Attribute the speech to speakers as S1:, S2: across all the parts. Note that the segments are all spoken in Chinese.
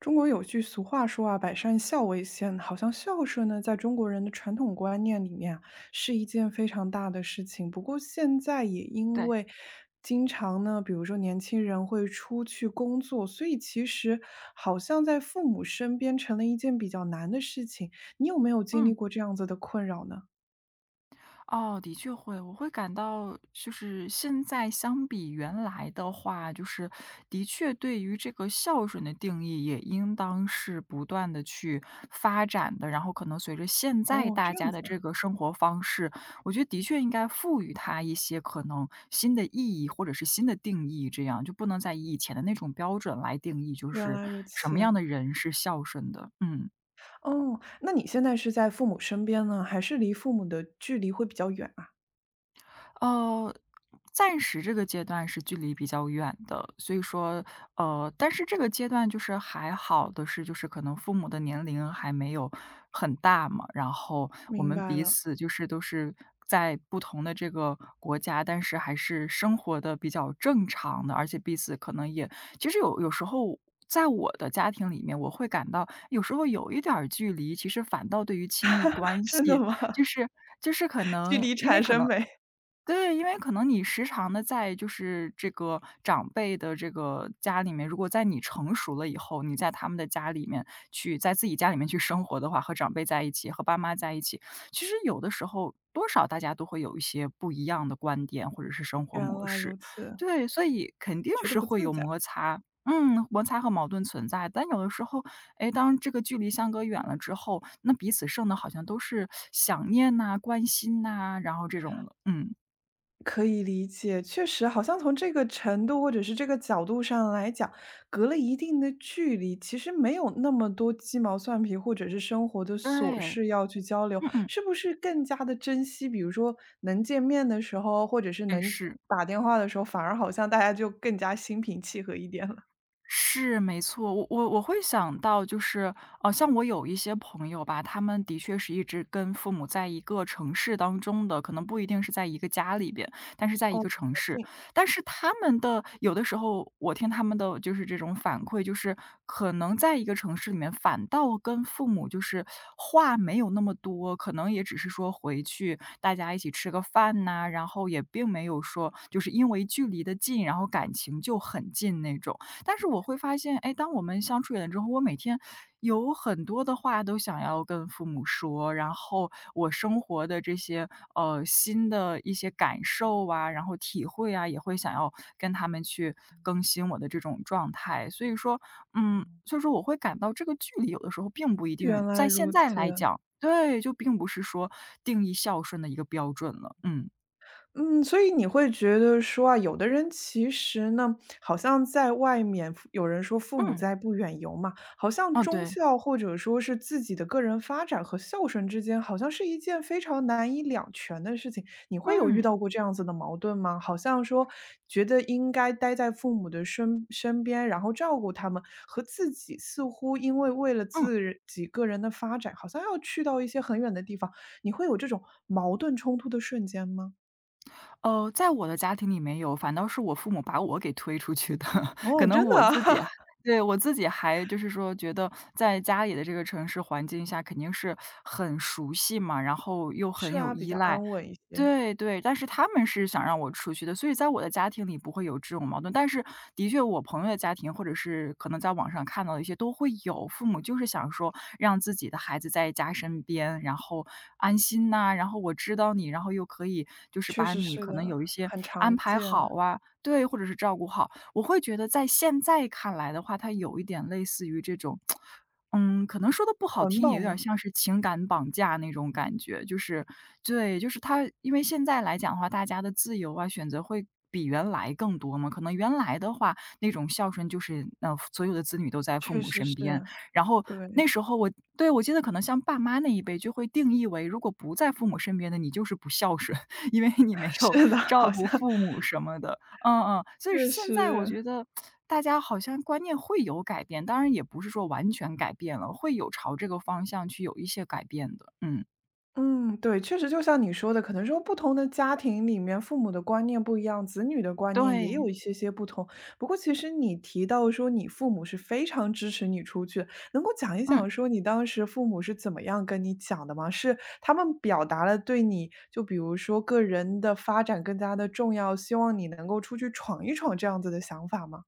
S1: 中国有句俗话说啊，“百善孝为先”，好像孝顺呢，在中国人的传统观念里面啊是一件非常大的事情。不过现在也因
S2: 对。
S1: 为经常呢，比如说年轻人会出去工作，所以其实好像在父母身边成了一件比较难的事情。你有没有经历
S2: 嗯，
S1: 过这样子的困扰呢？
S2: 哦，的确会。我会感到就是现在相比原来的话，就是的确对于这个孝顺的定义也应当是不断的去发展的，然后可能随着现在
S1: 哦，
S2: 大
S1: 这样
S2: 家的
S1: 子
S2: 这
S1: 啊，
S2: 个生活方式，我觉得的确应该赋予它一些可能新的意义或者是新的定义，这样就不能再以以前的那种标准来定义，就
S1: 原
S2: 是
S1: 来如
S2: 什
S1: 此。
S2: 么样的人是孝顺的。嗯。
S1: 哦，那你现在是在父母身边呢，还是离父母的距离会比较远啊？
S2: 呃，暂时这个阶段是距离比较远的，所以说，但是这个阶段就是还好的是，就是可能父母的年龄还没有很大嘛，然后我
S1: 明
S2: 们
S1: 白
S2: 彼
S1: 了，
S2: 此就是都是在不同的这个国家，但是还是生活的比较正常的，而且彼此可能也其实有时候。在我的家庭里面，我会感到有时候有一点儿距离，其实反倒对于亲密关
S1: 真的
S2: 系，
S1: 吗？
S2: 就是就是可
S1: 距
S2: 能
S1: 离
S2: 因为
S1: 产
S2: 可
S1: 生
S2: 能。
S1: 美，
S2: 对，因为可能你时常的在就是这个长辈的这个家里面，如果在你成熟了以后，你在他们的家里面去在自己家里面去生活的话，和长辈在一起，和爸妈在一起，其实有的时候多少大家都会有一些不一样的观点或者是生活
S1: 原
S2: 模
S1: 来如
S2: 式。
S1: 此，
S2: 对，所以肯定
S1: 觉得
S2: 是
S1: 不
S2: 会有
S1: 自在，
S2: 摩擦，嗯，摩擦和矛盾存在。但有的时候，哎，当这个距离相隔远了之后，那彼此剩的好像都是想念呐、关心呐，然后这种了。嗯。
S1: 可以理解。确实，好像从这个程度或者是这个角度上来讲，隔了一定的距离，其实没有那么多鸡毛蒜皮或者是生活的琐
S2: 对。
S1: 事要去交流，
S2: 嗯嗯。
S1: 是不是更加的珍惜？比如说能见面的时候，或者是
S2: 哎，
S1: 能
S2: 是。
S1: 打电话的时候，反而好像大家就更加心平气和一点了。
S2: 是，没错，我会想到就是，像我有一些朋友吧，他们的确是一直跟父母在一个城市当中的，可能不一定是在一个家里边，但是在一
S1: 哦，
S2: 个
S1: 比
S2: 城
S1: 较
S2: 市。
S1: 近，
S2: 但是他们的有的时候，我听他们的就是这种反馈，就是可能在一个城市里面，反倒跟父母就是话没有那么多，可能也只是说回去大家一起吃个饭呐、然后也并没有说就是因为距离的近，然后感情就很近那种。但是我会发现，哎，当我们相处远了之后，我每天有很多的话都想要跟父母说，然后我生活的这些新的一些感受啊，然后体会啊，也会想要跟他们去更新我的这种状态。所以说，嗯，所以说我会感到这个距离有的时候并不一定
S1: 原来
S2: 在现
S1: 如
S2: 在
S1: 此。
S2: 来讲，对，就并不是说定义孝顺的一个标准了。嗯
S1: 嗯，所以你会觉得说啊，有的人其实呢，好像在外面有人说父母
S2: 嗯。
S1: 在不远游嘛，好像
S2: 哦
S1: 忠
S2: 对。
S1: 孝或者说是自己的个人发展和孝顺之间，好像是一件非常难以两全的事情。你会有
S2: 嗯
S1: 遇
S2: 嗯。
S1: 到过这样子的矛盾吗？好像说觉得应该待在父母的身边，然后照顾他们，和自己似乎为了自己个人的发展，好像要去到一些很远的地方，你会有这种矛盾冲突的瞬间吗？
S2: 哦，在我的家庭里没有，反倒是我父母把我给推出去的。可
S1: 哦，
S2: 能
S1: 真的
S2: 我
S1: 啊？
S2: 自己还 对，我自己还就是说觉得在家里的这个城市环境下肯定是很熟悉嘛，然后又很
S1: 是
S2: 有
S1: 啊，比
S2: 依
S1: 较
S2: 赖。
S1: 安稳一些，
S2: 对对，但是他们是想让我出去的，所以在我的家庭里不会有这种矛盾。但是的确，我朋友的家庭或者是可能在网上看到的一些都会有，父母就是想说让自己的孩子在家身边，然后安心呐、然后我知道你，然后又可以就是
S1: 确
S2: 把
S1: 实
S2: 你
S1: 是
S2: 可能
S1: 的，
S2: 有一些
S1: 很
S2: 安
S1: 常
S2: 排
S1: 见。
S2: 好啊，对，或者是照顾好。我会觉得在现在看来的话，它有一点类似于这种。嗯，可能说的不好
S1: 捆
S2: 听点，有
S1: 绑
S2: 点
S1: 吗？
S2: 像是情感绑架那种感觉。就是对，就是他，因为现在来讲的话，大家的自由啊，选择会比原来更多嘛。可能原来的话，那种孝顺就是，所有的子女都在父
S1: 确
S2: 母
S1: 实
S2: 身
S1: 是，
S2: 边。然后
S1: 对，
S2: 那时候我对，我记得可能像爸妈那一辈就会定义为，如果不在父母身边的，你就是不孝顺，因为你没 有
S1: 是的，
S2: 照
S1: 好
S2: 顾
S1: 像
S2: 父母什么的。嗯嗯，所以
S1: 确
S2: 现在我
S1: 实。
S2: 觉得大家好像观念会有改变，当然也不是说完全改变了，会有朝这个方向去有一些改变的。嗯。
S1: 嗯，对，确实就像你说的，可能说不同的家庭里面，父母的观念不一样，子女的观念也
S2: 对。
S1: 有一些些不同。不过，其实你提到说你父母是非常支持你出去，能够讲一
S2: 嗯。
S1: 讲说你当时父母是怎么样跟你讲的吗？是他们表达了对你，就比如说个人的发展更加的重要，希望你能够出去闯一闯这样子的想法吗？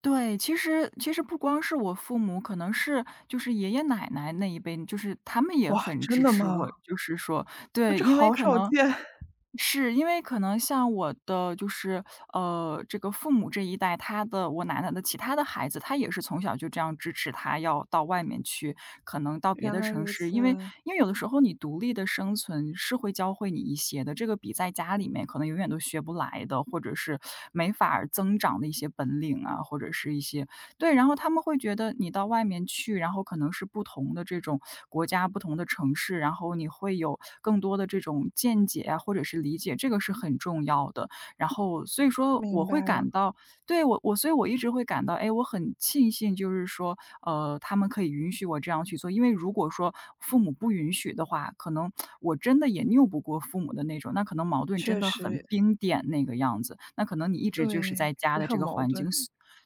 S2: 对，其实不光是我父母，可能是就是爷爷奶奶那一辈，就是他们也
S1: 哇，
S2: 很
S1: 真
S2: 支
S1: 的
S2: 持我，
S1: 吗？
S2: 就是说
S1: 啊，
S2: 对，
S1: 这
S2: 因为
S1: 好
S2: 可
S1: 少
S2: 能
S1: 见，
S2: 是，因为可能像我的就是，这个父母这一代，他的我奶奶的其他的孩子，他也是从小就这样支持他要到外面去，可能到别
S1: 原
S2: 的
S1: 来
S2: 城
S1: 如
S2: 市，
S1: 此，
S2: 因为因为有的时候你独立的生存是会教会你一些的，这个比在家里面可能永远都学不来的，或者是没法儿增长的一些本领啊，或者是一些对，然后他们会觉得你到外面去，然后可能是不同的这种国家、不同的城市，然后你会有更多的这种见解啊，或者是理解，这个是很重要的。然后所以说我
S1: 明
S2: 会
S1: 白了，
S2: 感到对，我所以我一直会感到，哎，我很庆幸，就是说，他们可以允许我这样去做，因为如果说父母不允许的话，可能我真的也拗不过父母的那种，那可能矛盾真
S1: 确
S2: 的很
S1: 实。
S2: 冰点那个样子，那可能你一直就是
S1: 对，
S2: 在家
S1: 也
S2: 的这
S1: 很
S2: 个
S1: 矛
S2: 环
S1: 盾，
S2: 境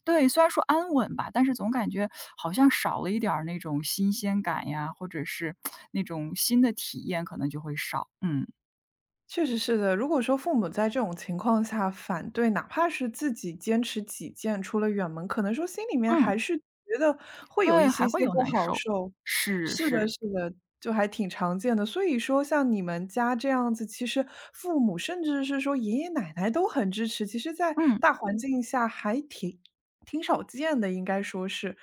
S2: 对，虽然说安稳吧，但是总感觉好像少了一点儿那种新鲜感呀，或者是那种新的体验可能就会少。嗯。
S1: 确实是的。如果说父母在这种情况下反对，哪怕是自己坚持己见，出了远门，可能说心里面还
S2: 嗯。
S1: 是觉得会有
S2: 对，
S1: 一
S2: 还
S1: 些
S2: 会
S1: 些
S2: 有
S1: 不
S2: 难
S1: 好
S2: 受。
S1: 受。
S2: 是，
S1: 是的，
S2: 是。
S1: 是的，就还挺常见的。所以说像你们家这样子，其实父母甚至是说爷爷奶奶都很支持，其实在
S2: 嗯。
S1: 大环境下还挺少见的，应该说是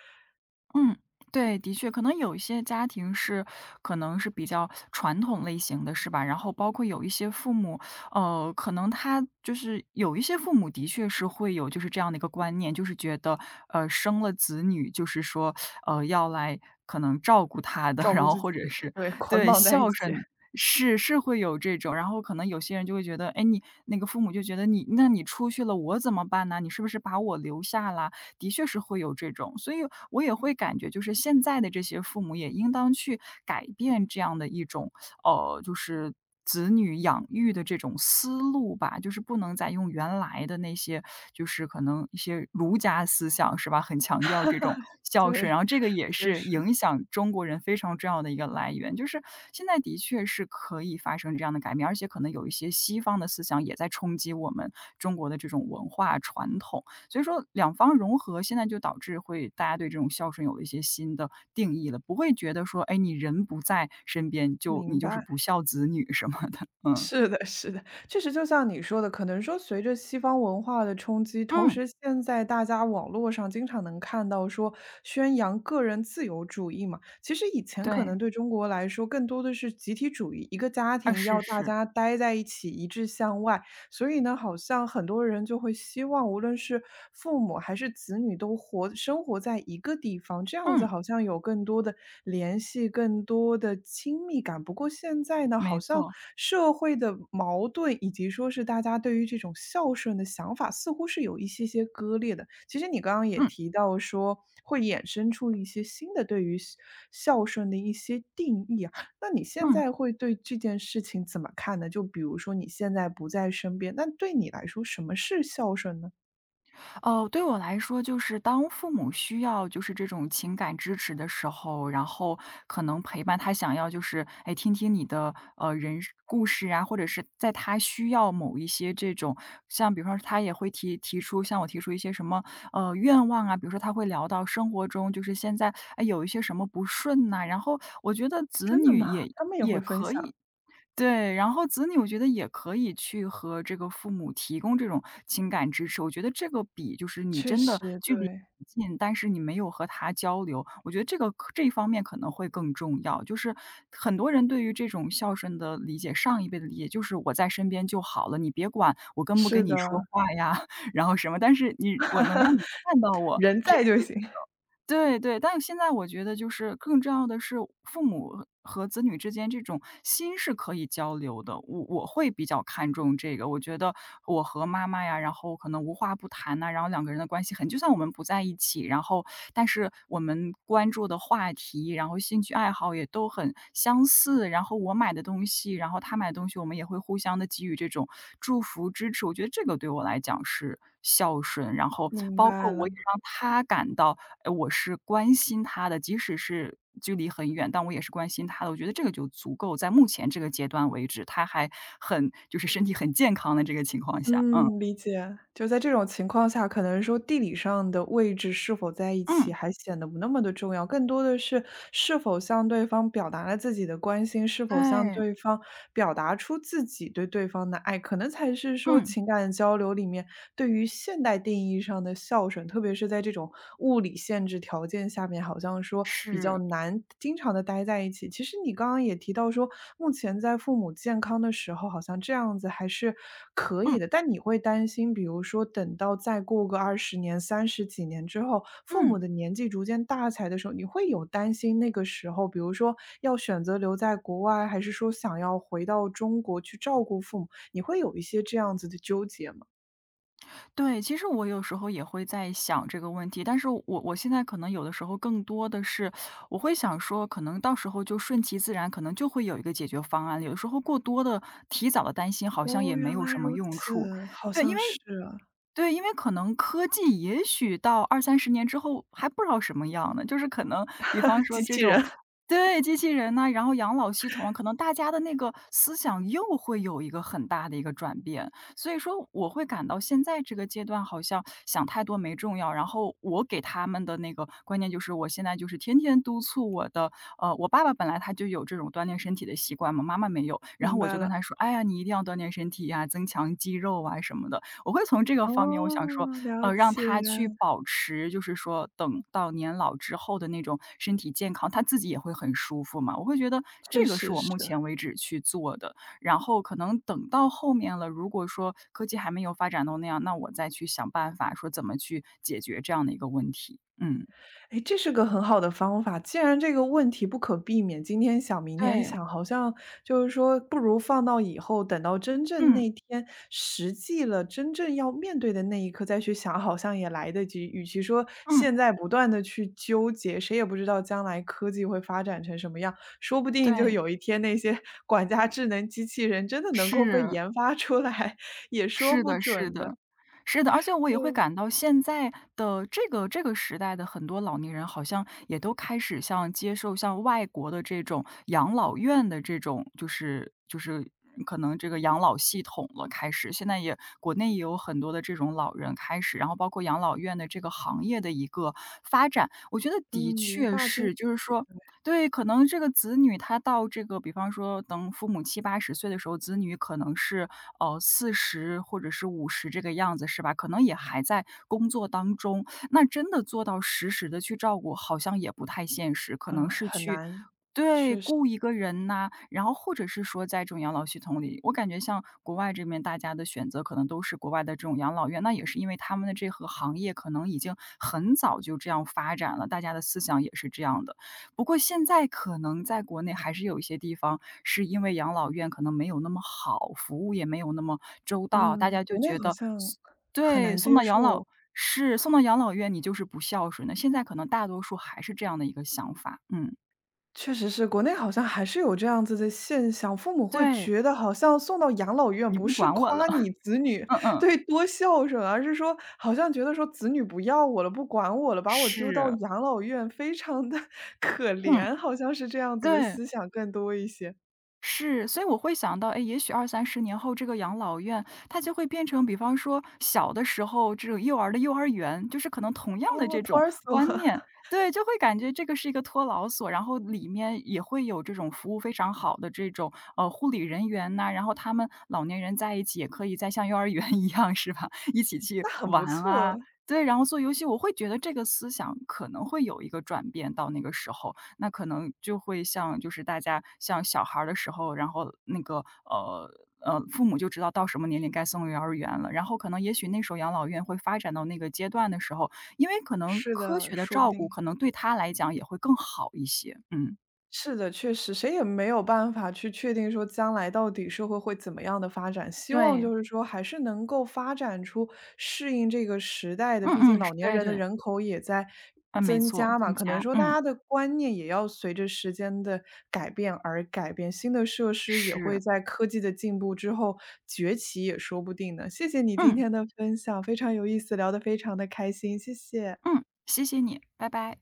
S2: 嗯，对，的确，可能有一些家庭是可能是比较传统类型的，是吧？然后包括有一些父母，可能他就是有一些父母的确是会有就是这样的一个观念，就是觉得，生了子女就是说，要来可能照顾他的，
S1: 照
S2: 然
S1: 顾
S2: 后
S1: 自
S2: 或
S1: 己，
S2: 者是
S1: 对，捆
S2: 对
S1: 绑在一
S2: 孝
S1: 起，
S2: 顺。是是会有这种，然后可能有些人就会觉得，哎，你那个父母就觉得你，那你出去了，我怎么办呢？你是不是把我留下啦？的确是会有这种，所以我也会感觉就是现在的这些父母也应当去改变这样的一种，就是子女养育的这种思路吧，就是不能再用原来的那些，就是可能一些儒家思想是吧，很强调这种孝顺，然
S1: 对，
S2: 后这个也
S1: 确
S2: 是
S1: 实，
S2: 影响中国人非常重要的一个来源，就是现在的确是可以发生这样的改变，而且可能有一些西方的思想也在冲击我们中国的这种文化传统。所以说两方融合，现在就导致会大家对这种孝顺有了一些新的定义了，不会觉得说，哎，你人不在身边就你
S1: 明
S2: 就是
S1: 白。
S2: 不孝子女什么的。嗯。
S1: 是的，是的，确实就像你说的，可能说随着西方文化的冲击，同
S2: 嗯。
S1: 时现在大家网络上经常能看到说宣扬个人自由主义嘛，其实以前可
S2: 对。
S1: 能对中国来说更多的是集体主义，一个家
S2: 啊，
S1: 庭
S2: 是
S1: 要大
S2: 是。
S1: 家待在一起，一致向外，所以呢，好像很多人就会希望，无论是父母还是子女都活生活在一个地方，这样子
S2: 嗯，
S1: 好像有更多的联系，更多的亲密感。不过现在呢，
S2: 没
S1: 好像
S2: 错。
S1: 社会的矛盾以及说是大家对于这种孝顺的想法，似乎是有一些些割裂的。其实你刚刚也
S2: 嗯。
S1: 提到说，会衍生出一些新的对于孝顺的一些定义啊。那你现
S2: 嗯。
S1: 在会对这件事情怎么看呢？就比如说你现在不在身边，那对你来说什么是孝顺呢？
S2: 哦，对我来说，就是当父母需要就是这种情感支持的时候，然后可能陪伴他想要就是，哎，听听你的人生故事啊，或者是在他需要某一些这种，像比方说他也会提出向我提出一些什么愿望啊，比如说他会聊到生活中就是现在哎有一些什么不顺呐、然后我觉得子
S1: 真的
S2: 女
S1: 吗？
S2: 也
S1: 他们也会分享。
S2: 对，然后子女我觉得也可以去和这个父母提供这种情感支持，我觉得这个比就是你
S1: 确
S2: 真的
S1: 实，
S2: 距
S1: 对，
S2: 离很近，但是你没有和他交流，我觉得这个可这一方面可能会更重要。就是很多人对于这种孝顺的理解，上一辈的理解就是我在身边就好了，你别管我跟不
S1: 是
S2: 跟你
S1: 的，
S2: 说话呀，然后什么，但是你我能让你看到我
S1: 人
S2: 这
S1: 在就
S2: 个就
S1: 行。
S2: 对对，但现在我觉得就是更重要的是，父母和子女之间这种心是可以交流的。我会比较看重这个，我觉得我和妈妈呀，然后可能无话不谈呐、然后两个人的关系很，就算我们不在一起，然后但是我们关注的话题，然后兴趣爱好也都很相似，然后我买的东西，然后他买的东西，我们也会互相的给予这种祝福、支持。我觉得这个对我来讲是孝顺，然后
S1: 明
S2: 包括
S1: 白了。
S2: 我也让他感到，哎，我是关心他的，即使是距离很远，但我也是关心他的。我觉得这个就足够，在目前这个阶段为止，他还很就是身体很健康的这个情况下，嗯，
S1: 嗯，理解。就在这种情况下，可能说地理上的位置是否在一起，
S2: 嗯，
S1: 还显得不那么的重要，更多的是是否向对方表达了自己的关心，是否向
S2: 对，
S1: 对方表达出自己对对方的爱，可能才是说
S2: 嗯，
S1: 情感交流里面对于现代定义上的孝顺，特别是在这种物理限制条件下面，好像说比较
S2: 是，
S1: 难经常的待在一起。其实你刚刚也提到说，目前在父母健康的时候，好像这样子还是可
S2: 嗯，
S1: 以的，但你会担心，比如说等到再过个20年、30几年之后，父
S2: 嗯。
S1: 母的年纪逐渐大起来的时候，你会有担心那个时候，比如说要选择留在国外，还是说想要回到中国去照顾父母，你会有一些这样子的纠结吗？
S2: 对，其实我有时候也会在想这个问题，但是我现在可能有的时候更多的是，我会想说，可能到时候就顺其自然，可能就会有一个解决方案了。有的时候过多的、提早的担心，好像也
S1: 哦，
S2: 没
S1: 原
S2: 有
S1: 来
S2: 什么
S1: 如
S2: 用处。
S1: 此，好
S2: 对，因
S1: 像
S2: 为
S1: 是啊，
S2: 对，因为可能科技也许到二三十年之后还不知道什么样呢，就是可能比方 说
S1: 机
S2: 这
S1: 器
S2: 种
S1: 人，
S2: 对，机器人呐，然后养老系统啊可能大家的那个思想又会有一个很大的一个转变。所以说我会感到现在这个阶段好像想太多没重要，然后我给他们的那个观念就是我现在就是天天督促我的我爸爸本来他就有这种锻炼身体的习惯嘛，妈妈没有，然后
S1: 明
S2: 我就
S1: 白
S2: 跟
S1: 了。
S2: 他说：“哎呀，你一定要锻炼身体呀，增强肌肉啊什么的。”我会从这个方面，我想说，
S1: 哦，了
S2: 让
S1: 解，
S2: 他去保持，就是说等到年老之后的那种身体健康，他自己也会很舒服嘛。我会觉得
S1: 确
S2: 这个是
S1: 实
S2: 我
S1: 是。
S2: 目前为止去做的，然后可能等到后面了，如果说科技还没有发展到那样，那我再去想办法说怎么去解决这样的一个问题。嗯，
S1: 哎，这是个很好的方法，既然这个问题不可避免，今天想明天
S2: 对，
S1: 想，好像就是说不如放到以后，等到真正
S2: 嗯，
S1: 那天实际了，真正要面对的那一刻再去想，好像也来得及。与其说
S2: 嗯，
S1: 现在不断的去纠结，谁也不知道将来科技会发展成什么样，说不定就
S2: 对，
S1: 有一天那些 管家智能机器人真的能够被
S2: 是。
S1: 研发出来，也说
S2: 是
S1: 不
S2: 的是
S1: 准的，
S2: 的，是的，而且我也会
S1: 就
S2: 感到现在的这个时代的很多老年人，好像也都开始像接受像外国的这种养老院的这种，就是可能这个养老系统了。开始现在也国内也有很多的这种老人开始，然后包括养老院的这个行业的一个发展，我觉得的
S1: 嗯，银
S2: 确
S1: 发金
S2: 是，就是说对，可能这个子女他到这个比方说等父母七八十岁的时候，子女可能是，40或者是50这个样子是吧？可能也还在工作当中，那真的做到实时的去照顾，好像也不太现实，可能
S1: 啊，
S2: 是
S1: 很
S2: 去
S1: 难。
S2: 对，雇一个人呐，然后或者是说在这种养老系统里，我感觉像国外这边大家的选择可能都是国外的这种养老院，那也是因为他们的这个行业可能已经很早就这样发展了，大家的思想也是这样的。不过现在可能在国内还是有一些地方，是因为养老院可能没有那么好，服务也没有那么周到，大
S1: 嗯，
S2: 家就
S1: 国内
S2: 觉
S1: 好
S2: 得
S1: 像
S2: 送
S1: 很
S2: 对，
S1: 难
S2: 送
S1: 接
S2: 到养老
S1: 受。
S2: 是，送到养老院你就是不孝顺的，现在可能大多数还是这样的一个想法，嗯，
S1: 确实是，国内好像还是有这样子的现象，父母会
S2: 对，
S1: 觉得好像送到养老院
S2: 你
S1: 不
S2: 不
S1: 是
S2: 管我了，
S1: 夸你 子女
S2: 嗯 嗯，
S1: 对多孝顺，而是说好像觉得说子女不要我了，不管我了，把我丢到
S2: 是，
S1: 养老院，非常的 可
S2: 嗯，
S1: 怜，好像是这样子的
S2: 对。
S1: 思想更多一些。
S2: 是，所以我会想到，哎，也许二三十年后，这个养老院它就会变成，比方说小的时候这种幼儿的幼儿园，就是可能同样的
S1: 哦，
S2: 这
S1: 托
S2: 种
S1: 儿所，
S2: 观念，对，就会感觉这个是一个托老所，然后里面也会有这种服务非常好的这种护理人员呐、然后他们老年人在一起也可以再像幼儿园 一样，是吧？一起去
S1: 那很不
S2: 玩啊，
S1: 错。
S2: 对，然后做游戏，我会觉得这个思想可能会有一个转变到那个时候。那可能就会像就是大家像小孩儿的时候，然后那个父母就知道到什么年龄该送幼儿园了，然后可能也许那时候养老院会发展到那个阶段的时候，因为可能
S1: 是
S2: 科
S1: 的，
S2: 学的
S1: 说不
S2: 照顾
S1: 定。
S2: 可能对他来讲也会更好一些，嗯，
S1: 是的，确实，谁也没有办法去确定说将来到底社会会怎么样的发展。希望
S2: 对，
S1: 就是说，还是能够发展出适应这个时代的，
S2: 嗯
S1: 毕竟
S2: 嗯，是
S1: 老年
S2: 对
S1: 人的
S2: 对，
S1: 人口也在
S2: 嗯，没
S1: 增
S2: 错，
S1: 加嘛，
S2: 增
S1: 可能
S2: 加，
S1: 说大
S2: 嗯，
S1: 家的观念也要随着时间的改变而改变，新的设施也
S2: 是，
S1: 会在科技的进步之后崛起，也说不定呢。谢谢你今
S2: 嗯
S1: 天的分享，非常有意思，聊得非常的开心，谢谢。
S2: 嗯，谢谢你，拜拜。